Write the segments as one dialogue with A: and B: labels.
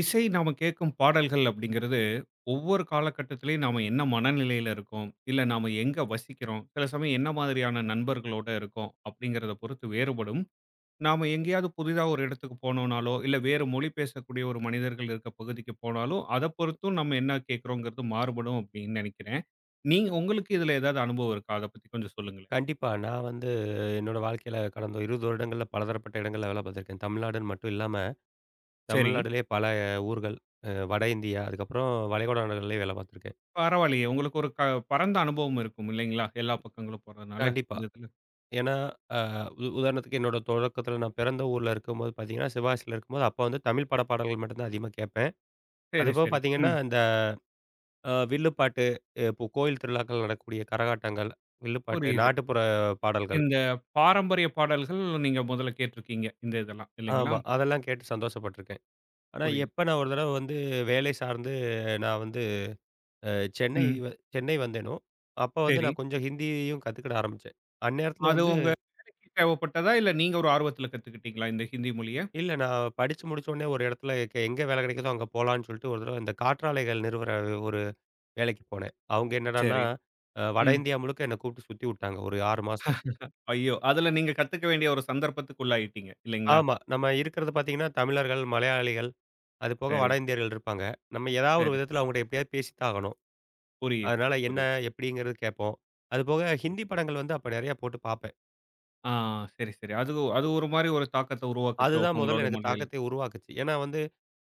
A: இசை நாம கேட்கும் பாடல்கள் அப்படிங்கிறது, ஒவ்வொரு காலகட்டத்திலயும் நாம என்ன மனநிலையில இருக்கோம், இல்ல நாம எங்க வசிக்கிறோம், சில சமயம் என்ன மாதிரியான நண்பர்களோட இருக்கோம் அப்படிங்கிறத பொறுத்து வேறுபடும். நாம எங்கேயாவது புதிதா ஒரு இடத்துக்கு போனோம்னாலோ, இல்ல வேறு மொழி பேசக்கூடிய ஒரு மனிதர்கள் இருக்க பகுதிக்கு போனாலோ, அத பொறுத்தும் நம்ம என்ன கேட்கிறோங்கிறது மாறுபடும் அப்படின்னு நினைக்கிறேன். நீங்க உங்களுக்கு இதுல ஏதாவது அனுபவம் இருக்கா? அத பத்தி கொஞ்சம் சொல்லுங்களேன்.
B: கண்டிப்பா. நான் வந்து என்னோட வாழ்க்கையில கடந்த 20 வருடங்கள்ல பலதரப்பட்ட இடங்கள்ல வேலை பார்த்துருக்கேன். தமிழ்நாடுன்னு மட்டும் இல்லாம,
A: சரி,
B: தமிழ்நாடுலயே பல ஊர்கள். வட இந்தியா, அதுக்கப்புறம் வளைகுடா நாடுகள்லயும் வேலை பார்த்துருக்கேன்.
A: பரவாயில்லையே. உங்களுக்கு ஒரு பரந்த அனுபவம் இருக்கும் இல்லைங்களா? எல்லா பக்கங்களும் போறதுனால,
B: கண்டிப்பா.
A: இந்த இதுல.
B: ஏன்னா, அ உ உதாரணத்துக்கு என்னோட தொடக்கத்தில நான் பிறந்த ஊர்ல இருக்கும்போது பார்த்தீங்கன்னா, சிவகாசியில இருக்கும்போது, அப்ப வந்து தமிழ் பட பாடல்கள் மட்டும் தான் அதிகமா கேட்பேன்.
A: சரி,
B: அதுபோக
A: சரி.
B: பார்த்தீங்கன்னா,
A: ம்.
B: இந்த வில்லுப்பாட்டு, இப்போ கோயில் திருவிழாக்கள் நடக்கக்கூடிய கரகாட்டங்கள், வில்லுப்பாட்டு,
A: புரியுது.
B: நாட்டுப்புற பாடல்கள்.
A: இந்த பாரம்பரிய பாடல்கள் நீங்க முதல்ல கேட்டிருக்கீங்க. இந்த இதெல்லாம் இல்லைங்களா?
B: ஆமா. அதெல்லாம் கேட்டு சந்தோஷப்பட்டுருக்கேன். ஆனா,
A: புரியுது.
B: எப்ப நான் ஒரு தடவ வந்து வேலை சார்ந்து நான் வந்து அ சென்னை
A: ம்.
B: வ சென்னை வந்தேனோ! அப்ப வந்து
A: சரி.
B: நான் கொஞ்சம் ஹிந்தியும் கத்துக்கிட ஆரம்பிச்சேன். அந்நேரத்துல
A: அது
B: வந்து
A: உங்க வேலைக்கு தேவைப்பட்டதா? இல்ல நீங்க ஒரு ஆர்வத்துல கத்துக்கிட்டீங்களா இந்த ஹிந்தி மொழிய?
B: இல்ல நான் படிச்சு முடிச்ச உடனே ஒரு இடத்துல எங்க வேலை கிடைக்குதோ அங்க போலான்னு சொல்லிட்டு ஒரு தடவ இந்த காற்றாலைகள் நிறுவுற ஒரு வேலைக்கு போனேன். அவங்க என்னடான்னா,
A: சரி.
B: வட
A: ம்.
B: இந்தியா முழுக்க என்ன கூப்பிட்டு சுத்தி விட்டாங்க ஒரு 6 மாசம்.
A: ஐயோ! அதுல நீங்க கத்துக்க வேண்டிய ஒரு சந்தர்ப்பத்துக்கு உள்ளாயிட்டீங்க இல்லைங்களா?
B: ஆமா. நம்ம இருக்கிறது பார்த்தீங்கன்னா, தமிழர்கள், மலையாளிகள், அது போக
A: சரி,
B: வட இந்தியர்கள் இருப்பாங்க. நம்ம ஏதாவது ஒரு
A: சரி, சரி.
B: விதத்துல அவங்கட்ட எப்படியாவது பேசி தான் ஆகணும்.
A: புரியுது,
B: அதனால என்ன?
A: புரியுது,
B: எப்படிங்கிறது கேட்போம். அதுபோக
A: புரியுது.
B: ஹிந்தி படங்கள் வந்து அப்ப நெறையா போட்டு பார்ப்பேன்.
A: ஆ சரி, சரி. அது அது ஒரு மாரி ஒரு தாக்கத்த உருவாக்குச்சோ
B: அதுதான்
A: உங்களோட
B: முதல்ல எனக்கு
A: மொழிகள்.
B: தாக்கத்தை உருவாக்குச்சு. ஏன்னா வந்து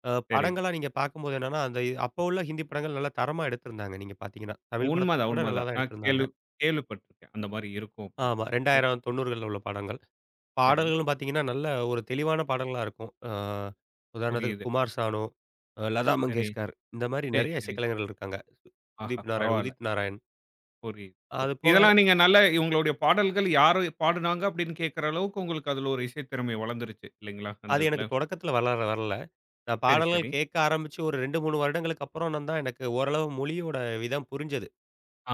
A: சரி.
B: படங்களா நீங்க பார்க்கும்போது என்னன்னா, அந்த அப்போ உள்ள ஹிந்தி படங்கள் நல்லா தரமா எடுத்திருந்தாங்க நீங்க பார்த்தீங்கன்னா. தமிழ் படத்த
A: உண்மதான்,
B: விட நல்லா
A: உண்மதான்.
B: தான்
A: நான்
B: எடுத்திருந்தாங்க.
A: கேள்வி கேள்விப்பட்டுருக்கேன். அந்த மாரி இருக்கும் அப்படின்னு
B: ஆமா
A: சொல்லிட்டு.
B: 2000, 90கள்ல உள்ள படங்கள்.
A: சரி,
B: பாடல்களும் பார்த்தீங்கன்னா, நல்ல ஒரு தெளிவான பாடங்களா இருக்கும். உதாரணத்துக்கு
A: புரியுது.
B: குமார் சானு, லதா
A: சரி,
B: மங்கேஷ்கர் இந்த மாரி
A: சரி,
B: நெறைய
A: சரி.
B: இசைக்கலைஞர்கள் இருக்காங்க.
A: ஆஹா!
B: சுதீப் நாராயண்,
A: பரவால்ல.
B: உதித் நாராயண்.
A: புரியுது,
B: அது
A: புரியுது.
B: போக
A: இதெல்லாம் நீங்க நல்ல உங்களுடைய பாடல்கள் யாரு பாடுனாங்க அப்படின்னு கேட்கிற அளவுக்கு உங்களுக்கு அதுல ஒரு இசை திறமை வளர்ந்துருச்சு இல்லைங்களா? அந்த
B: அது
A: இதுல.
B: எனக்கு தொடக்கத்தில வளர வரல. நான்
A: சரி, சரி.
B: பாடல்கள் கேட்க ஆரம்பிச்சு ஒரு 2, 3 வருடங்களுக்கு அப்புறம் நான் தான் எனக்கு ஓரளவு மொழியோட விதம் புரிஞ்சது.
A: ஆ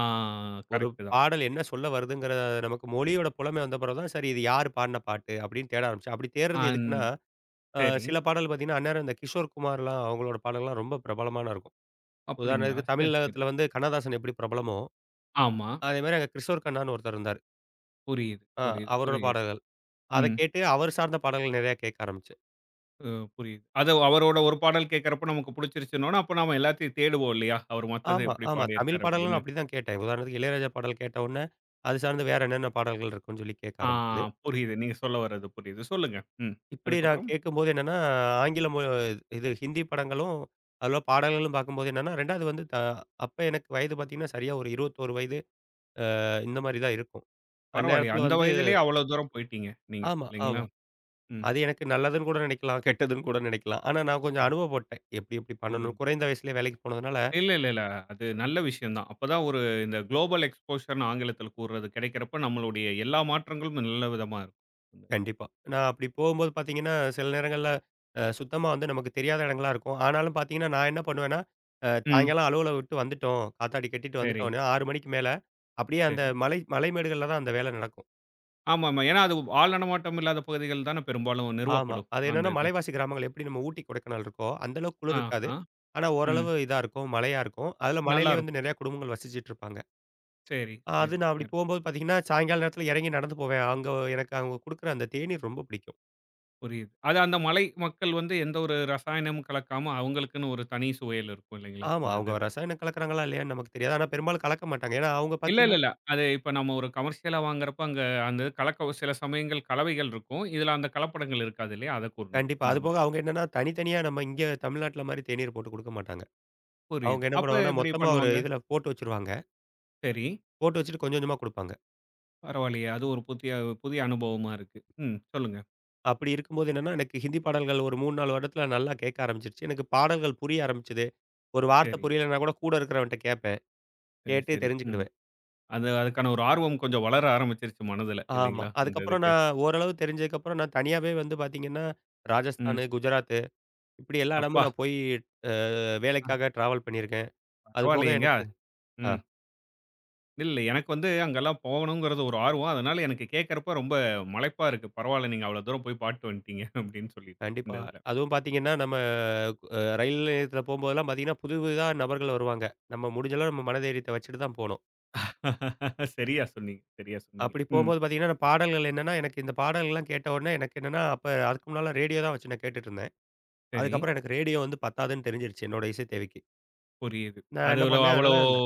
B: ஒரு
A: கரெக்ட் தான்.
B: பாடல் என்ன சொல்ல வருதுங்கிறத நமக்கு மொழியோட புலமை வந்த பிறகு தான், சரி இது யாரு பாடுன பாட்டு அப்படின்னு தேட ஆரம்பிச்சேன். அப்படி தேடுறது
A: அந்
B: எதுக்குன்னா,
A: சரி.
B: சில பாடல் பார்த்தீங்கன்னா, அந்நேரம் இந்த கிஷோர் குமார்லாம் அவங்களோட பாடல்கள்லாம் ரொம்ப பிரபலமான இருக்கும்.
A: அப்படிங்களா?
B: உதாரணத்துக்கு
A: சரி, சரி.
B: தமிழகத்தில வந்து கண்ணதாசன் எப்படி பிரபலமோ,
A: ஆமா.
B: அதேமாரி அங்க கிஷோர் கண்ணான்னு ஒருத்தர் இருந்தாரு.
A: புரியுது,
B: ஆ
A: புரியுது,
B: அவரோட
A: புரியுது.
B: பாடல்கள். அத
A: ம்.
B: கேட்டு அவர் சார்ந்த பாடல்கள் நிறையா கேட்க ஆரம்பிச்சேன்.
A: அ புரியுது. அது அவரோட ஒரு பாடல் கேட்கிறப்ப நமக்கு புடிச்சிருச்சுன்னோன, அப்ப நாம எல்லாத்தையும் தேடுவோம் இல்லையா? அவர் மத்தது
B: ஆமா,
A: எப்படி
B: ஆமா. தமிழ்
A: பாடியிருக்காரு
B: பாடல்களும்
A: அப்படின்னு.
B: அப்படிதான் கேட்டேன். உதாரணத்துக்கு இளையராஜா பாடல் கேட்ட உடனே, அது சார்ந்து வேற என்னென்ன பாடல்கள் இருக்குன்னு சொல்லி கேட்க
A: ஆ
B: ஆரம்பிச்சது.
A: புரியுது. நீங்க சொல்ல வர்றது புரியுது. சொல்லுங்க. ம்.
B: இப்படி நான்
A: அதுக்கப்புறம்?
B: கேட்கும்போது என்னன்னா, ஆங்கில மொ இது ஹிந்தி படங்களும், அதில பாடல்களும் பார்க்கும்போது என்னன்னா, 2வது வந்து த அப்ப எனக்கு வயது பார்த்தீங்கன்னா, சரியா ஒரு 21 வயது இந்த மாரி தான் இருக்கும்.
A: பரவாயில்லையே.
B: அந்நேரத்தில
A: அந்த
B: வந்து
A: வயதிலேயே அவ்வளவு தூரம் போயிட்டீங்க நீங்க.
B: ஆமா,
A: இல்லைங்களா?
B: ஆமா.
A: ம்.
B: அது எனக்கு நல்லதுன்னு கூட நினைக்கலாம், கெட்டதுன்னு கூட நினைக்கலாம். ஆனா நான் கொஞ்சம் அனுபவப்பட்டேன். எப்படி எப்படி பண்ணணும்.
A: புரியுது.
B: குறைந்த வயசுலயே வேலைக்கு போனதுனால
A: இல்ல, இல்ல, இல்ல. அது நல்ல விஷயம் தான். அப்பதான் ஒரு இந்த குளோபல் எக்ஸ்போஷர்ன்னு ஆங்கிலத்தில கூறுறது கிடைக்கிறப்ப, நம்மளுடைய எல்லா மாற்றங்களும் நல்ல விதமா இருக்கும்.
B: கண்டிப்பா. நான் அப்படி போகும்போது பார்த்தீங்கன்னா, சில நேரங்கள்ல சுத்தமா வந்து நமக்கு தெரியாத இடங்களா இருக்கும். ஆனாலும் பார்த்தீங்கன்னா, நான் என்ன பண்ணுவேன்னா,
A: ம்.
B: சாயங்காலம் அலுவலகம் விட்டு வந்துட்டோம். காத்தாடி கட்டிட்டு
A: சரி,
B: வந்துட்டோம்ன்னா, 6 மணிக்கு மேல அப்படியே அந்த
A: சரி.
B: மலைமேடுகள்ல தான் அந்த வேலை நடக்கும்.
A: ஆமாமா. ஏன்னா அது ஆள் நடமாட்டம் இல்லாத பகுதிகள் தானே பெரும்பாலும்
B: ஆமா.
A: நிறுவப்படும்.
B: அது என்னன்னா
A: அந்த இது.
B: மலைவாசி கிராமங்கள் எப்படி நம்ம ஊட்டி, கொடைக்கானல் இருக்கோ, அந்த அளவுக்கு குளிர்
A: ஆ,
B: இருக்காது.
A: ஆ.
B: ஆனா
A: ம்.
B: ஓரளவு இதா இருக்கும். மழையா இருக்கும். அதுல
A: நல்லா
B: மலையிலேயே வந்து
A: இருக்கும்.
B: நிறைய குடும்பங்கள் வசிச்சுட்டு இருப்பாங்க.
A: சரி,
B: அது
A: சரி,
B: நான் அப்படி
A: சரி.
B: போகும்போது பார்த்தீங்கன்னா, சாயங்கால நேரத்தில இறங்கி நடந்து போவேன். அங்க எனக்கு அவங்க குடுக்குற அந்த தேநீர் ரொம்ப பிடிக்கும்.
A: புரியுது. அது அந்த மலை மக்கள் வந்து எந்த ஒரு ரசாயனமும் கலக்காம, அவங்களுக்குன்னு ஒரு தனி சுவையில இருக்கும் இல்லைங்களா?
B: ஆமா.
A: இந்த இது.
B: அவங்க ரசாயனம் கலக்குறாங்களா இல்லையான்னு நமக்கு தெரியாது. ஆனா பெரும்பாலும் கலக்க மாட்டாங்க. ஏன்னா அவங்க
A: இல்ல, இல்ல,
B: பார்த்தீங்கன்னா
A: இல்ல. அது இப்ப நம்ம ஒரு கமர்ஷியலா வாங்குறப்ப அங்க அந்த கலக்க சில சமயங்கள் கலவைகள் இருக்கும். இதுல அந்த கலப்படங்கள் இருக்காது இல்லையா? அத கூறினேன்
B: கண்டிப்பா.
A: நானு.
B: அதுபோக அவங்க என்னன்னா தனித்தனியா நம்ம இங்க தமிழ்நாட்டுல மாரி தேநீர் போட்டு குடுக்க மாட்டாங்க. அவங்க
A: புரியுது.
B: என்ன
A: அப்ப
B: பண்ணுவாங்கன்னா,
A: இப்படி
B: மொத்தமா ஒரு
A: பண்ணுவாங்க.
B: இதுல போட்டு வச்சுருவாங்க.
A: சரி.
B: போட்டு வச்சுட்டு கொஞ்சம் கொஞ்சமா குடுப்பாங்க.
A: பரவாயில்லையே! அது ஒரு புதிய புதிய அனுபவமா இருக்கு. ம். சொல்லுங்க.
B: அப்படி இருக்கும்போது என்னன்னா, எனக்கு ஹிந்தி பாடல்கள் ஒரு 3, 4 வருடத்துல நல்லா கேட்க ஆரம்பிச்சுருச்சு. எனக்கு பாடல்கள் புரிய ஆரம்பிச்சது. ஒரு வார்த்தை
A: சரி,
B: புரியலன்னா கூட கூட இருக்கிறவன்ட்ட கேட்பேன்.
A: சரி,
B: கேட்டு
A: சரி. ம்.
B: தெரிஞ்சுக்கிடுவேன்.
A: அது அதுக்கான ஒரு ஆர்வம் கொஞ்சம் வளர ஆரம்பிச்சிருச்சு மனதுல
B: ஆமா.
A: இல்லைங்களா? அந்த
B: அதுக்கப்புறம்
A: இதுக்கு.
B: நான் ஓரளவு தெரிஞ்சதுக்கப்புறம் நான் தனியாவே வந்து பார்த்தீங்கன்னா,
A: ம்.
B: ராஜஸ்தானு, குஜராத்து இப்படி எல்லா இடமும்
A: அப்பா!
B: நான் போய் அ வேலைக்காக டிராவல் பண்ணியிருக்கேன். அது போக
A: பரவாயில்லையேங்க.
B: எனக்கு ஆ
A: ம். இல்ல எனக்கு வந்து அங்கெல்லாம் போகணுங்கிறது ஒரு ஆர்வம். அதனால எனக்கு கேட்கறப்ப ரொம்ப மலைப்பா இருக்கு. பரவாயில்ல நீங்க அவ்வளோ தூரம் போய் பாத்துட்டு வந்துட்டீங்க அப்படின்னு சொல்லிட்டு இந்த
B: கண்டிப்பா.
A: இதுல.
B: அதுவும் பார்த்தீங்கன்னா, நம்ம ரயில் நிலையத்தில போம்போதெல்லாம் பார்த்தீங்கன்னா, புது புதிதா நபர்கள் வருவாங்க. நம்ம முடிஞ்ச அளவு நம்ம மனதைரியத்த வச்சுட்டு தான் போணும்.
A: சரியா சொன்னீங்க, சரியா சொன்னீங்க.
B: அப்படி
A: ம்.
B: போம்போது பார்த்தீங்கன்னா, பாடல்கள் என்னன்னா, எனக்கு இந்த பாடல்கள்லாம் கேட்ட உடனே எனக்கு என்னன்னா, அப்ப அதுக்கு முன்னால ரேடியோ தான் வச்சு நான் கேட்டுட்டுருந்தேன்.
A: சரி,
B: அதுக்கப்புறம் எனக்கு ரேடியோ வந்து பத்தாதுன்னு தெரிஞ்சிருச்சு என்னோட இசை தேவைக்கு.
A: புரியுது.
B: நான்
A: அதுல
B: என்ன
A: அவ்வளோ
B: பண்ணேன்,
A: அவ்வளோ
B: அதனால அந்த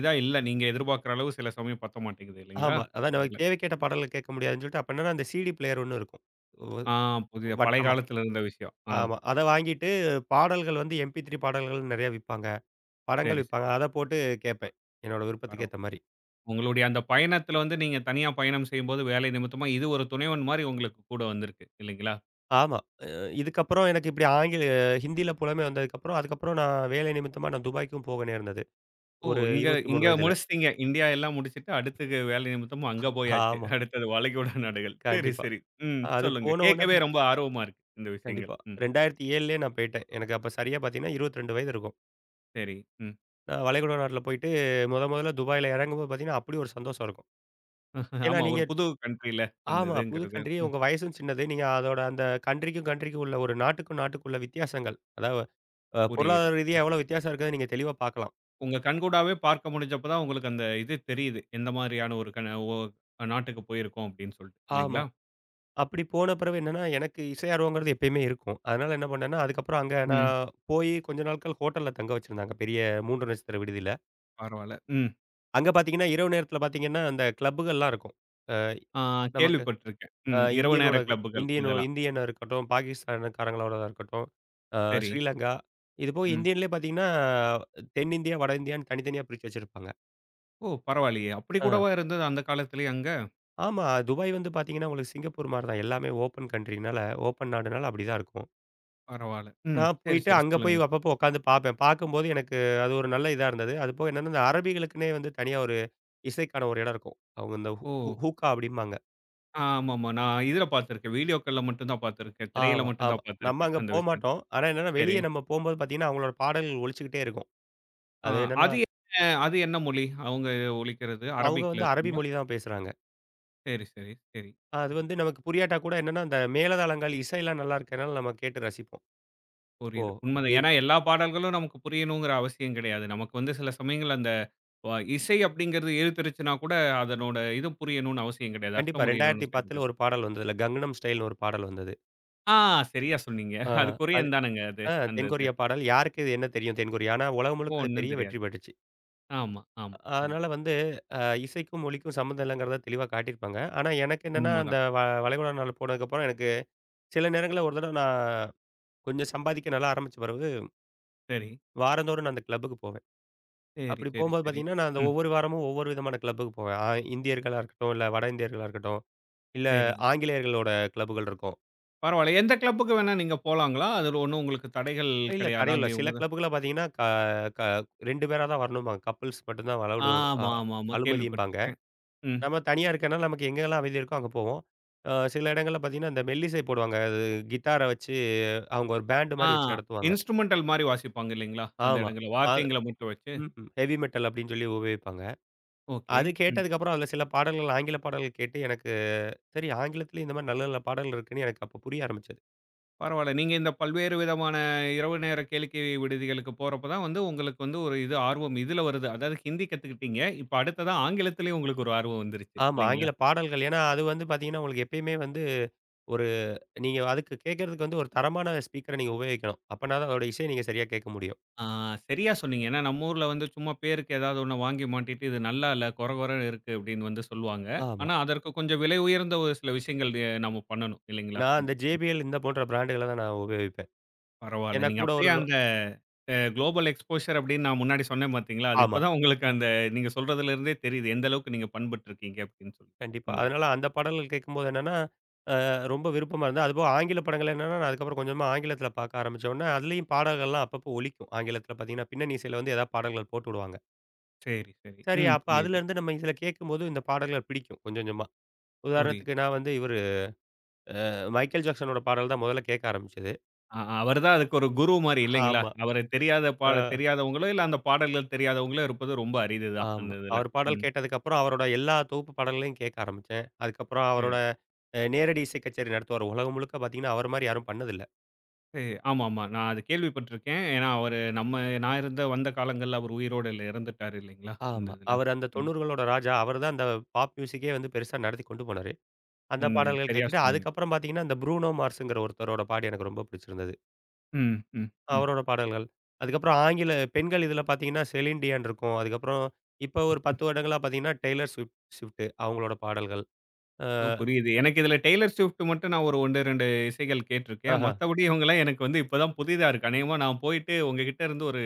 A: இதா இல்ல. நீங்க எதிர்பார்க்கிற அளவு சில சமயம் பத்த மாட்டேங்குது இல்லைங்களா?
B: ஆமா. அதான்
A: அந்த இதுல.
B: நமக்கு தேவைக்கேட்ட பாடல்கள் கேட்க முடியாதுன்னு சொல்லிட்டு, அப்ப என்னன்னா அந்த சிடி பிளேயர் ஒண்ணு இருக்கும். ஒ
A: ஆ புதிய பழைய
B: வட்டமா.
A: காலத்துல இருந்த விஷயம். ஆ
B: ஆமா. அத வாங்கிட்டு பாடல்கள் வந்து MP3 பாடல்கள்னு நெறைய விப்பாங்க. படங்கள்
A: சரி,
B: விப்பாங்க.
A: சரி.
B: அத போட்டு கேட்பேன். என்னோட விருப்பத்துக்கு
A: பரவால்ல.
B: ஏத்த மாரி.
A: உங்களுடைய அந்த பயணத்துல வந்து நீங்க தனியா பயணம் செய்யும்போது வேலை நிமித்தமா இது ஒரு துணைவன் மாரி உங்களுக்கு கூட வந்திருக்கு இல்லைங்களா?
B: ஆமா. அ இதுக்கப்புறம் எனக்கு இப்டி ஹிந்தியில புலமை வந்ததுக்கப்புறம், அதுக்கப்புறம் நான் வேலை நிமித்தமா நான் துபாய்க்கும் போக நேர்ந்தது.
A: ஓ!
B: ஒரு
A: இங்க இங்க
B: 23 வயதுல.
A: முடிச்சுட்டீங்க. இந்தியா எல்லாம் முடிச்சுட்டு அடுத்து வேலை நிமித்தமா அங்க போயாச்சு.
B: ஆமா.
A: அடுத்தது வளைகுடா நாடுகள். சரி,
B: கண்டிப்பா.
A: சரி. ம்.
B: அது
A: சொல்லுங்க.
B: போன உடனே
A: கேட்கவே ரொம்ப ஆர்வமா இருக்கு இந்த விஷயங்கள்.
B: கண்டிப்பா.
A: ம்.
B: 2007லயே நான் போயிட்டேன். எனக்கு அப்ப சரியா பார்த்தீங்கன்னா, 22 வயது இருக்கும்.
A: சரி. ம்.
B: நான் வளைகுடா நாட்ல போயிட்டு முதல்ல துபாயில இறங்கும்போது பார்த்தீங்கன்னா, அப்படி ஒரு சந்தோஷம் இருக்கும். ஏன்னா
A: ஆமா. ஒரு
B: நீங்க
A: புது கண்ட்ரில அந்த
B: ஆமா. புது
A: இதுங்கிறது.
B: கண்ட்ரி
A: ம்.
B: உங்க வயசும் சின்னது. நீங்க அதோட அந்த கண்ட்ரிக்கும் கண்ட்ரிக்கும் உள்ள ஒரு நாட்டுக்குள்ள வித்தியாசங்கள். அதாவது
A: புரியுது.
B: பொருளாதார ரீதியா எவ்வளோ வித்தியாசம் இருக்குதுன்னு நீங்க தெளிவா பார்க்கலாம்.
A: உங்க கண்கூடாவே பார்க்க முடிஞ்சப்ப தான் உங்களுக்கு அந்த இது தெரியுது. எந்த மாதிரியான ஒரு கண ஒ நாட்டுக்கு போயிருக்கோம் அப்படின்னு சொல்லிட்டு.
B: ஆமா.
A: இல்லைங்களா?
B: அப்படி போன பிறவு என்னன்னா, எனக்கு இசை ஆர்வங்கிறது எப்பயுமே இருக்கும். அதனால என்ன பண்ணேன்னா, அதுக்கப்புறம் அங்க
A: ம்.
B: நான் போயி கொஞ்ச நாட்கள் ஹோட்டல்ல தங்க வச்சிருந்தாங்க. பெரிய 3 நட்சத்திர விடுதியில.
A: பரவால்ல. ம்.
B: அங்க பார்த்தீங்கன்னா, இரவு நேரத்தில பார்த்தீங்கன்னா, அந்த கிளப்புகள்லாம் இருக்கும். அ
A: ஆ
B: நமக்கு
A: கேள்விப்பட்டுருக்கேன்.
B: அ
A: ம். இரவு நேர
B: இந்தியனோட
A: கிளப்புகள்
B: இந்தியனோ
A: இதெல்லாம்.
B: இந்தியனா இருக்கட்டும், பாகிஸ்தான்காரங்களோடதா இருக்கட்டும், அ
A: சரி.
B: ஸ்ரீலங்கா. இதுபோக
A: ம்.
B: இந்தியன்லயே பார்த்தீங்கன்னா, தென்னிந்தியா, வட இந்தியான்னு தனித்தனியா பிரிச்சு வச்சிருப்பாங்க.
A: ஓ! பரவாயில்லையே. அப்படி
B: அ.
A: கூடவா இருந்தது அந்த காலத்திலேயே அங்க?
B: ஆமா. துபாய் வந்து பார்த்தீங்கன்னா, உங்களுக்கு சிங்கப்பூர் மாரி தான். எல்லாமே ஓப்பன் ஓப்பன் நாடுனால அப்படிதான் இருக்கும்.
A: பரவால்ல. ம்.
B: நான்
A: சரி,
B: போயிட்டு
A: சரி.
B: அங்க போய்
A: சொல்லுங்க.
B: அப்பப்போ உட்காந்து பார்ப்பேன். பார்க்கும்போது எனக்கு அது ஒரு நல்ல இதா இருந்தது. அதுபோக என்னன்னா, இந்த அரபிகளுக்குன்னே வந்து தனியா ஒரு இசைக்கான ஒரு இடம் இருக்கும். அவங்க இந்த ஹூ ஹூ
A: ஓ!
B: ஹூக்கா அப்படிம்பாங்க.
A: ஆமாமா. நான் இதில பார்த்திருக்கேன். வீடியோக்கள்ல மட்டும் தான் பார்த்திருக்கேன். திரையில
B: ஆமா,
A: மட்டும்
B: ஆமா.
A: தான்
B: நம்ம
A: பார்த்திருக்கேன்.
B: அங்க
A: அந்த விஷயம்.
B: போமாட்டோம். ஆனா என்னன்னா,
A: சரி.
B: வெளிய நம்ம போம்போது பார்த்தீங்கன்னா, அவங்களோட பாடல்கள் ஒலிச்சுக்கிட்டே இருக்கும்.
A: ஆ,
B: அது என்னன்னா,
A: அது என்ன அது என்ன மொழி? அவங்க ஒலிக்கிறது
B: அவங்க
A: அரபிக்ல
B: வந்து அரபி
A: இருக்குங்களா?
B: மொழி தான் பேசுறாங்க.
A: சரி, சரி, சரி,
B: அது
A: சரி.
B: வந்து நமக்கு புரியாட்டா கூட என்னன்னா, அந்த மேளதாளங்கள், இசைலாம் நல்லா இருக்கனால நம்ம கேட்டு ரசிப்போம். ஓ!
A: புரியுது.
B: இப்படி
A: உண்மதான். ஏன்னா
B: இருக்கு.
A: எல்லா பாடல்களும் நமக்கு புரியணுங்கிற அவசியம் கிடையாது. நமக்கு வந்து சில சமயங்கள்ல அந்த வ இசை அப்படிங்கிறது இழுத்துருச்சுனா கூட அதனோட இது புரியணும்னு அவசியம் கிடையாது.
B: கண்டிப்பா.
A: அர்த்தம் புரியணும்னு அவசியம்
B: 2010ல
A: கிடையாது.
B: ஒரு பாடல் வந்ததுல, கங்னம் ஸ்டைல்னு ஒரு பாடல் வந்தது.
A: ஆ சரியா சொன்னீங்க.
B: ஆ
A: அது
B: அது
A: கொரியன் தானங்க அது. அந்த இது.
B: தென்கொரியா பாடல். யாருக்கு இது என்ன தெரியும் தென்கொரியா? ஆனா உலகம்
A: ஓ
B: முழுக்க அது
A: ஒண்ணும்
B: பெரிய வெற்றி
A: தெரியாது.
B: பெற்றுச்சு.
A: ஆமா, ஆமா, ஆமா.
B: அதனால வந்து அ இசைக்கும், மொழிக்கும் சம்மந்தம் இல்லங்கிறத தெளிவா காட்டியிருப்பாங்க. ஆனா எனக்கு என்னன்னா, அந்த
A: உண்மதான்.
B: வ வளைகுடா நாடு போனதுக்கப்புறம் எனக்கு சில நேரங்கள்ல ஒரு தடவ நான் கொஞ்சம் சம்பாதிக்க நல்லா ஆரம்பிச்ச பிறகு,
A: சரி,
B: வாரந்தோறும் நான் அந்த கிளப்புக்கு போவேன்.
A: சரி,
B: அப்படி
A: சரி,
B: போம்போது
A: சரி.
B: பார்த்தீங்கன்னா, நான் அந்த
A: ம்.
B: ஒவ்வொரு வாரமும் ஒவ்வொரு விதமான கிளப்புக்கு போவேன். இந்தியர்களா இருக்கட்டும், இல்ல வட இந்தியர்களா இருக்கட்டும், இல்ல
A: சரி.
B: ஆங்கிலேயர்களோட கிளப்புகள் இருக்கும்.
A: பரவால்ல. எந்த கிளப்புக்கு வேணா நீங்க போலாங்களா? அதுல ஒண்ணும் உங்களுக்கு தடைகள்
B: இல்ல
A: கிடையாதா?
B: தடைகள்
A: அங்க
B: இல்ல. சில
A: இவங்க தான்
B: கிளப்புகள்ல பார்த்தீங்கன்னா, க க 2 பேரா தான் வரணும்பாங்க. கப்புல்ஸ் மட்டும் தான் அலவுடு அ
A: ஆமா, ஆமா, ஆமா.
B: அனுமதிம்பாங்க.
A: கேள்விப்பட்டுருக்கேன். ம்.
B: நம்ம தனியா இருக்கனால நமக்கு எங்கெல்லாம் அமைதி இருக்கோ அங்க போவோம். சில இடங்கள்ல பார்த்தீங்கன்னா, இந்த மெல்லிசை போடுவாங்க. அது கிட்டார வச்சு அவங்க ஒரு பேண்டு
A: ஆ
B: மாரி வச்சு நடத்துவாங்க.
A: இன்ஸ்ட்ருமென்டல் மாரி வாசிப்பாங்க இல்லைங்களா? அந்த
B: ஆமா.
A: இடங்கள்ல
B: அது
A: வார்த்தைங்கள மட்டும் வச்சு.
B: ம்ஹ்ம். ஹெவி மெட்டல் அப்படின்னு சொல்லி உபயோகிப்பாங்க.
A: ஓகே.
B: அது
A: ம்.
B: கேட்டதுக்கப்புறம் அதில சில பாடல்கள் ஆங்கில பாடல்கள் கேட்டு எனக்கு சரி ஆங்கிலத்திலயும் இந்த மாரி நல்ல நல்ல பாடல்கள் இருக்குன்னு எனக்கு அப்ப புரிய ஆரம்பிச்சது.
A: பரவால்ல. நீங்க இந்த பல்வேறு விதமான இரவு நேர கேளிக்கை விடுதிகளுக்கு போறப்ப தான் வந்து உங்களுக்கு வந்து ஒரு இது ஆர்வம் இதுல வருது. அதாவது ஹிந்தி கத்துக்கிட்டீங்க. இப்ப அடுத்ததா ஆங்கிலத்திலயும் உங்களுக்கு ஒரு ஆர்வம் வந்துருச்சு.
B: ஆமா.
A: இல்லைங்களா?
B: ஆங்கில பாடல்கள். ஏன்னா, அது வந்து பார்த்தீங்கன்னா, உங்களுக்கு எப்பயுமே வந்து ஒரு நீங்க அதுக்கு கேட்கறதுக்கு வந்து ஒரு தரமான ஸ்பீக்கர நீங்க உபயோகிக்கணும். அப்பன்னா தான் அதோட இசைய நீங்க சரியா கேட்க முடியும்.
A: ஆ சரியா சொன்னீங்க. ஏன்னா நம்ம ஊர்ல வந்து சும்மா பேருக்கு ஏதாவது ஒண்ண வாங்கி மாட்டிட்டு இது நல்லா இல்ல, கொர கொரன்னு இருக்கு அப்படின்னு வந்து சொல்லுவாங்க.
B: ஆமா.
A: ஆனா அதற்கு கொஞ்சம் விலை உயர்ந்த ஒரு சில விஷயங்கள் எ, நம்ம பண்ணணும். இல்லைங்களா?
B: நான்
A: இந்த
B: அந்த JBL இந்த போன்ற பிராண்டுகள தான் நான் உபயோகிப்பேன்.
A: பரவால்ல.
B: ஏன்னா
A: நீங்க
B: கூட
A: அப்பயே
B: ஒரு
A: அந்த குளோபல் எக்ஸ்போஷர் அப்படின்னு நான் முன்னாடி சொன்னேன் பார்த்தீங்களா, அது இப்ப
B: ஆமா,
A: தான் உங்களுக்கு அந்த நீங்க சொல்றதுல இருந்தே தெரியுது. எந்த அளவுக்கு நீங்க பண்பட்டுருக்கீங்க அப்படின்னு சொல்லி.
B: கண்டிப்பா.
A: இந்த இது.
B: அதனால அந்த பாடல்கள் கேட்கும்போது என்னன்னா, அ ரொம்ப விருப்பமா இருந்தது. அதுபோக ஆங்கில படங்கள் என்னன்னா, நான் அதுக்கப்புறம் கொஞ்சமா ஆங்கிலத்தில பார்க்க ஆரம்பிச்ச உடனே, அதிலயும் பாடல்கள்லாம் அப்பப்போ ஒலிக்கும். ஆங்கிலத்தில பார்த்தீங்கன்னா, பின்னணி இசையில வந்து ஏதாவது பாடல்கள் போட்டுடுவாங்க.
A: சரி, சரி.
B: சரி
A: ம்.
B: அப்ப
A: புரியுது,
B: அதிலருந்து நம்ம இதில கேட்கும்போது இந்த பாடல்கள் பிடிக்கும் கொஞ்சம் கொஞ்சமா.
A: புரியுது.
B: உதாரணத்துக்கு நான் வந்து இவரு மைக்கேல் ஜாக்சனோட பாடல் தான் முதல்ல கேட்க ஆரம்பிச்சது.
A: அவர் தான் அதுக்கு ஒரு குரு மாரி இல்லைங்களா?
B: ஆமா.
A: அவர தெரியாத பாட
B: அ
A: தெரியாதவங்களோ, இல்ல அந்த பாடல்கள் தெரியாதவங்களோ இருப்பது ரொம்ப அரிது தான் அந்த
B: ஆமா.
A: இதுல.
B: அவர் பாடல்
A: ம்.
B: கேட்டதுக்கப்புறம், அவரோட எல்லா தொகுப்பு பாடல்களையும் கேட்க ஆரம்பிச்சேன். அதுக்கப்புறம்
A: சரி,
B: அவரோட நேரடி இசை கச்சேரி நடத்துவார். உலகம் முழுக்க பார்த்தீங்கன்னா, அவர் மாரி யாரும் பண்ணதில்ல.
A: சரி. ஆமாமா. நான் அது கேள்விப்பட்டிருக்கேன். ஏன்னா அவரு நம்ம நான் இருந்த வந்த காலங்கள்ல அவர் உயிரோட இல்ல இறந்துட்டாரு இல்லைங்களா? அந்த
B: ஆமா.
A: இதுல.
B: அவர் அந்த
A: ம்.
B: 90களோட ராஜா. அவர் தான் அந்த பாப் மியூசிக்கே வந்து பெருசா நடத்தி கொண்டு போனாரு. அந்த
A: உண்மையா
B: பாடல்கள்
A: சரியா
B: கேட்டுட்டு,
A: சொன்னீங்க.
B: அதுக்கப்புறம் பார்த்தீங்கன்னா, அந்த ப்ரூனோ மார்ஸுங்கிற ஒருத்தரோட பாட்டு எனக்கு ரொம்ப பிடிச்சிருந்தது.
A: ம், ம், ம்.
B: அவரோட பாடல்கள். அதுக்கப்புறம் ஆங்கில பெண்கள் இதில பார்த்தீங்கன்னா, செலின் டியான் இருக்கும். அதுக்கப்புறம் இப்போ ஒரு 10 வருடங்களா பார்த்தீங்கன்னா, டெய்லர் ஸ்விஃப்ட் ஸ்விஃப்ட் அவங்களோட பாடல்கள். அ
A: ஓ! புரியுது. எனக்கு இதுல டெய்லர் ஸ்விஃப்ட் மட்டும் நான் ஒரு 1, 2 இசைகள் கேட்டுருக்கேன்.
B: ஆஹா.
A: மத்தபடி இவங்கலாம் எனக்கு வந்து இப்ப தான் புதிதா இருக்கு. அநேகமா நான் போயிட்டு உங்ககிட்ட இருந்து ஒரு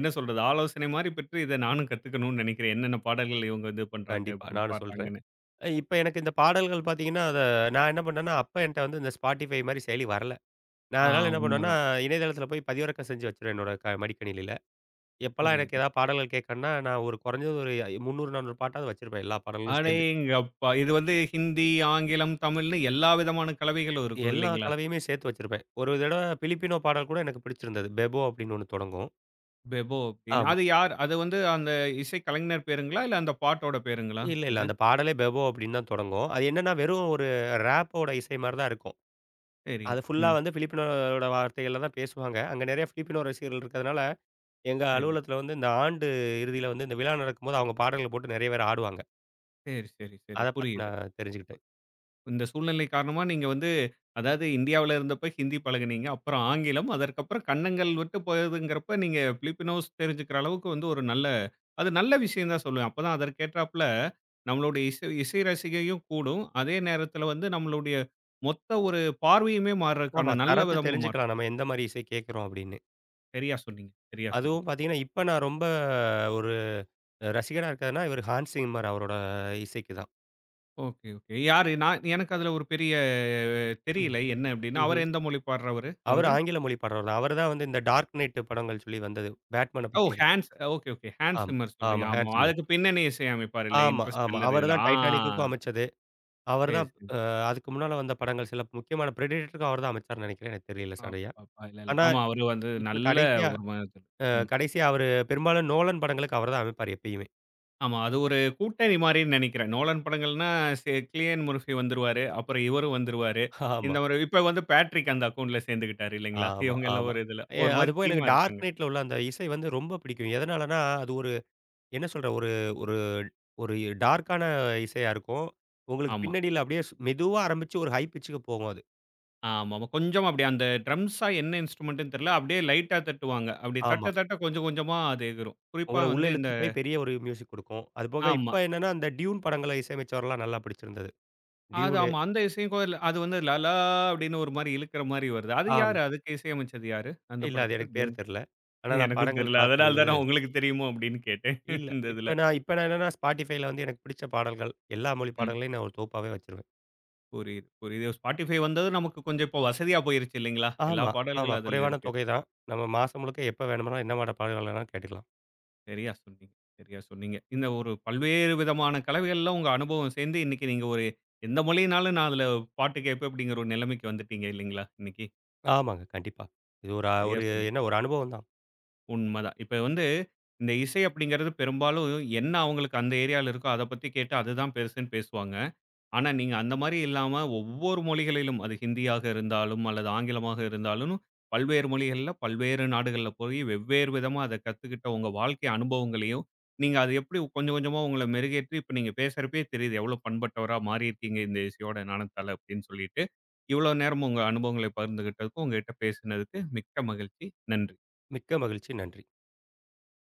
A: என்ன சொல்றது? ஆலோசனை மாரி பெற்று இத நானும் கத்துக்கணும்னு நெனைக்கிறேன். என்னென்ன பாடல்கள் இவங்க இது பண்றாங்க
B: கண்டிப்பா.
A: அப்படின்னு
B: நானும் சொல்றேன்.
A: பாடுறாங்கன்னு.
B: இப்ப எனக்கு இந்த பாடல்கள் பார்த்தீங்கன்னா, அத நான் என்ன பண்ணேன்னா, அப்ப என்ட்ட வந்து இந்த Spotify மாரி செயலி வரல. நான்
A: ஆ
B: அதனால என்ன பண்ணுவேன்னா,
A: உண்மதான்.
B: இணையதளத்தில போய் பதிவிறக்கம் செஞ்சு வச்சுருவேன் என்னோட மடிக்கணினியில. எப்பலாம் எனக்கு
A: புரியுது.
B: ஏதாவது பாடல்கள் கேட்கணும்னா, நான் ஒரு குறைஞ்சது ஒரு 300, 400 பாட்டாவது வச்சிருப்பேன். எல்லா பாடல்களும் சேர்ந்து.
A: அடேங்கப்பா! இது வந்து ஹிந்தி, ஆங்கிலம், தமிழ்னு எல்லா விதமான கலவைகளும் இருக்கும்
B: எல்லா
A: இல்லைங்களா?
B: கலவையுமே சேர்த்து வச்சிருப்பேன். ஒரு தடவ பிலிப்பினோ பாடல் கூட எனக்கு பிடிச்சிருந்தது. பெபோ அப்படின்னு ஒண்ணு தொடங்கும்.
A: பெபோ அப்படின்னு.
B: ஆமா.
A: அது யார்? அது வந்து அந்த இசை கலைஞர் பேருங்களா? இல்ல அந்த பாட்டோட பேருங்களா
B: இல்ல, இல்ல.
A: அது?
B: அந்த பாடலே பெபோ அப்படின்னு தான் தொடங்கும். அது என்னன்னா, வெறும் ஒரு ரேப்போட இசை மாரி தான் இருக்கும்.
A: சரி.
B: அது ஃபுல்லா
A: ம்.
B: வந்து பிலிப்பினோட வார்த்தைகள்ல தான் பேசுவாங்க. அங்க நெறைய பிலிப்பினோ ரசிகர்கள் இருக்கிறதுனால எங்க
A: சரி.
B: அலுவலகத்துல வந்து இந்த ஆண்டு இறுதியில வந்து இந்த விழா நடக்கும்போது அவங்க பாடல்கள போட்டு நெறைய பேர் ஆடுவாங்க.
A: சரி, சரி, சரி.
B: அத பார்த்து
A: புரியுது.
B: நான் தெரிஞ்சுக்கிட்டேன்.
A: இந்த சூழ்நிலை காரணமா நீங்க வந்து அதாவது இந்தியாவுல இருந்தப்ப ஹிந்தி பழகுனீங்க. அப்புறம் ஆங்கிலம். அதற்கப்புறம் கன்னங்கள் விட்டு போகுதுங்கிறப்ப, நீங்க பிலிப்பினோஸ் தெரிஞ்சுக்கிற அளவுக்கு வந்து ஒரு நல்ல அது நல்ல விஷயம் தான் சொல்லுவேன். அப்பதான் அதற்கேற்றாப்புல நம்மளுடைய இசை இசை ரசிகையும் கூடும். அதே நேரத்தில வந்து நம்மளுடைய மொத்த ஒரு பார்வையுமே
B: ஆமா
A: மாறுறதுக்கான நல்ல
B: தரத்த
A: விதமா மாறும்.
B: தெரிஞ்சுக்கலாம் நம்ம எந்த மாரி இசை கேட்கிறோம் அப்படின்னு.
A: சரியா சொன்னீங்க, சரியா சொன்னீங்க.
B: அதுவும் பார்த்தீங்கன்னா, இப்ப நான் ரொம்ப ஒரு ரசிகனா இருக்கிறதுன்னா, இவரு ஹான்ஸ் சிம்மர் அவரோட இசைக்கு தான்.
A: Okay, okay. யாரு? நான் எனக்கு அதுல ஒரு பெரிய
B: ம்.
A: தெரியல. என்ன அப்டின்னா, அவர்
B: ம்ஹ்ம்.
A: எந்த மொழி பாடுறவரு
B: அவரு
A: அவரு?
B: ஆங்கில மொழி பாடகர் தான். அவரு தான் வந்து இந்த டார்க் நைட் படங்கள் சொல்லி வந்தது. பேட்மேன
A: ஓ!
B: பத்தி எடுத்து.
A: Okay, okay. ஹேன்ஸ்
B: ஆமா,
A: சிம்மர் சொல்றீங்க.
B: ஆமா.
A: ஆமா.
B: Hans Zimmer.
A: அதுக்கு பின்னணி இசை அமைப்பார் இல்ல.
B: ஆமா, ஆமா.
A: இன்டர்ஸ்டெல்லர்
B: அவரு
A: இதுல.
B: தான்
A: ஆ
B: டைட்டானிக்குக்கும் அமைச்சது. அவரு
A: சரி,
B: தான்
A: சரி.
B: அதுக்கு முன்னால வந்த படங்கள் சில முக்கியமான பிரெடிடேட்டருக்கும் அவர் தான் அமைச்சார்ன்னு நெனைக்கிறேன். எனக்கு தெரியல சரியா.
A: அப்பப்பா! இல்ல, இல்ல.
B: ஆனா
A: ஆமா. அவரு வந்து
B: இப்ப
A: நல்ல
B: கடைசியா
A: ஒரு
B: அ
A: ம்.
B: கடைசியா அவரு பெரும்பாலும் நோலன் படங்களுக்கு அவர்தான் அமைப்பாரு எப்பயுமே.
A: ஆமா. அது ஒரு கூட்டணி மாரின்னு நெனைக்கிறேன். நோலன் படங்கள்னா கிலியன் மர்ஃபி வந்துருவாரு. அப்புறம் இவரும் வந்துருவாரு. இந்த
B: ஆமா,
A: ஒரு இப்ப வந்து பேட்ரிக் அந்த அக்கவுண்ட்ல சேர்ந்துக்கிட்டாரு இல்லைங்களா?
B: ஆமா,
A: இவங்க எல்லாம்
B: ஆமா.
A: ஒரு இதுல. ஒரு மாரி
B: அதுபோக எனக்கு
A: டீமா இருக்காங்க.
B: டார்க் நைட்ல உள்ள அந்த இசை வந்து ரொம்ப பிடிக்கும். எதனாலனா, அது ஒரு என்ன சொல்ற ஒரு ஒரு ஒரு டார்க்கான இசையா இருக்கும். உங்களுக்கு
A: ஆமா.
B: பின்னணியில அப்படியே மெதுவா ஆரம்பிச்சு ஒரு ஹை பிட்ச்சுக்கு போகும் அது.
A: ஆமாமா. கொஞ்சம் அப்படியே அந்த ட்ரம்ஸா என்ன இன்ஸ்ட்ருமென்ட்ன்னு தெரியல. அப்படியே லைட்டா தட்டுவாங்க. அப்படி
B: ஆமா.
A: தட்ட, தட்ட கொஞ்சம் கொஞ்சமா அது எகிரும். குறிப்பா
B: உங்கள உள்ள
A: வந்து இந்த
B: இழுத்துட்டு போய் பெரிய ஒரு மியூசிக் குடுக்கும். அதுபோக
A: ஆமா.
B: இப்ப என்னன்னா, அந்த டியூன் படங்கள இசையமைச்சவர்லாம் நல்லா பிடிச்சிருந்தது.
A: அது
B: டியூனு
A: ஆமா. அந்த இசையும் கோயில்ல அது வந்து லலா அப்படின்னு ஒரு மாரி இழுக்கிற மாரி வருது. அது யாரு?
B: ஆமா.
A: அதுக்கு இசையமைச்சது யாரு? அந்த
B: இல்ல அது
A: படத்துக்கு
B: எனக்கு
A: டியூன்.
B: பேர் தெர்ல. ஆனா நான்
A: எனக்கும்
B: படங்கள்
A: தெரியல. அதனால தான்
B: பார்த்திருந்தது.
A: நான் உங்களுக்கு தெரியுமோ அப்படின்னு கேட்டேன்.
B: இல்ல.
A: இந்த இதுல.
B: இப்ப நான் என்னன்னா Spotifyல வந்து எனக்கு பிடிச்ச பாடல்கள், எல்லா மொழி
A: ம்.
B: பாடல்களையும் நான் ஒரு தொகுப்பாவே வச்சுருவேன்.
A: புரியுது, புரியுது. Spotify வந்தது நமக்கு கொஞ்சம் இப்போ வசதியா போயிருச்சு இல்லைங்களா? எல்லா
B: ஆமா, ஆமா.
A: பாடல்களும் அதுல
B: குறைவான
A: இருக்கு.
B: தொகை தான். நம்ம மாசம் முழுக்க எப்ப வேணுமானாலும் என்ன மாட்ட பாடல்கள் வேணாலும் கேட்டுக்கலாம்.
A: சரியா சொன்னீங்க, சரியா சொன்னீங்க. இந்த ஒரு பல்வேறு விதமான கலவைகள்ல உங்க அனுபவம் சேர்ந்து இன்னைக்கு நீங்க ஒரு எந்த மொழினாலும் நான் அதுல பாட்டு கேட்பேன் அப்படிங்கிற ஒரு நிலைமைக்கு வந்துட்டீங்க இல்லைங்களா? இன்னைக்கு.
B: ஆமாங்க, கண்டிப்பா. இது ஒரு அ
A: சரியா
B: ஒரு
A: சொன்னீங்க.
B: என்ன ஒரு அனுபவம் தான்.
A: உண்மதான். இப்ப வந்து இந்த இசை அப்படிங்கிறது பெரும்பாலும் என்ன அவங்களுக்கு அந்த ஏரியால இருக்கோ அத பத்தி கேட்டு அதுதான் பெருசுன்னு பேசுவாங்க. ஆனா நீங்க அந்த மாரி இல்லாம ஒவ்வொரு மொழிகளிலும் அது ஹிந்தியாக இருந்தாலும், அல்லது ஆங்கிலமாக இருந்தாலும் பல்வேறு மொழிகள்ல பல்வேறு நாடுகள்ல போய் வெவ்வேறு விதமா அத கத்துக்கிட்ட உங்க வாழ்க்கை அனுபவங்களையும், நீங்க அது எப்படி கொஞ்சம் கொஞ்சமா உங்கள மெருகேற்றி இப்ப நீங்க பேசுறப்பயே தெரியுது எவ்வளோ பண்பட்டவரா மாறியிருக்கீங்க இந்த இசையோட நாணத்தால அப்படின்னு சொல்லிட்டு. இவ்வளோ நேரம் உங்க அனுபவங்களை பகிர்ந்துகிட்டதுக்கும், உங்ககிட்ட பேசினதுக்கு மிக்க மகிழ்ச்சி. நன்றி.
B: மிக்க மகிழ்ச்சி. நன்றி.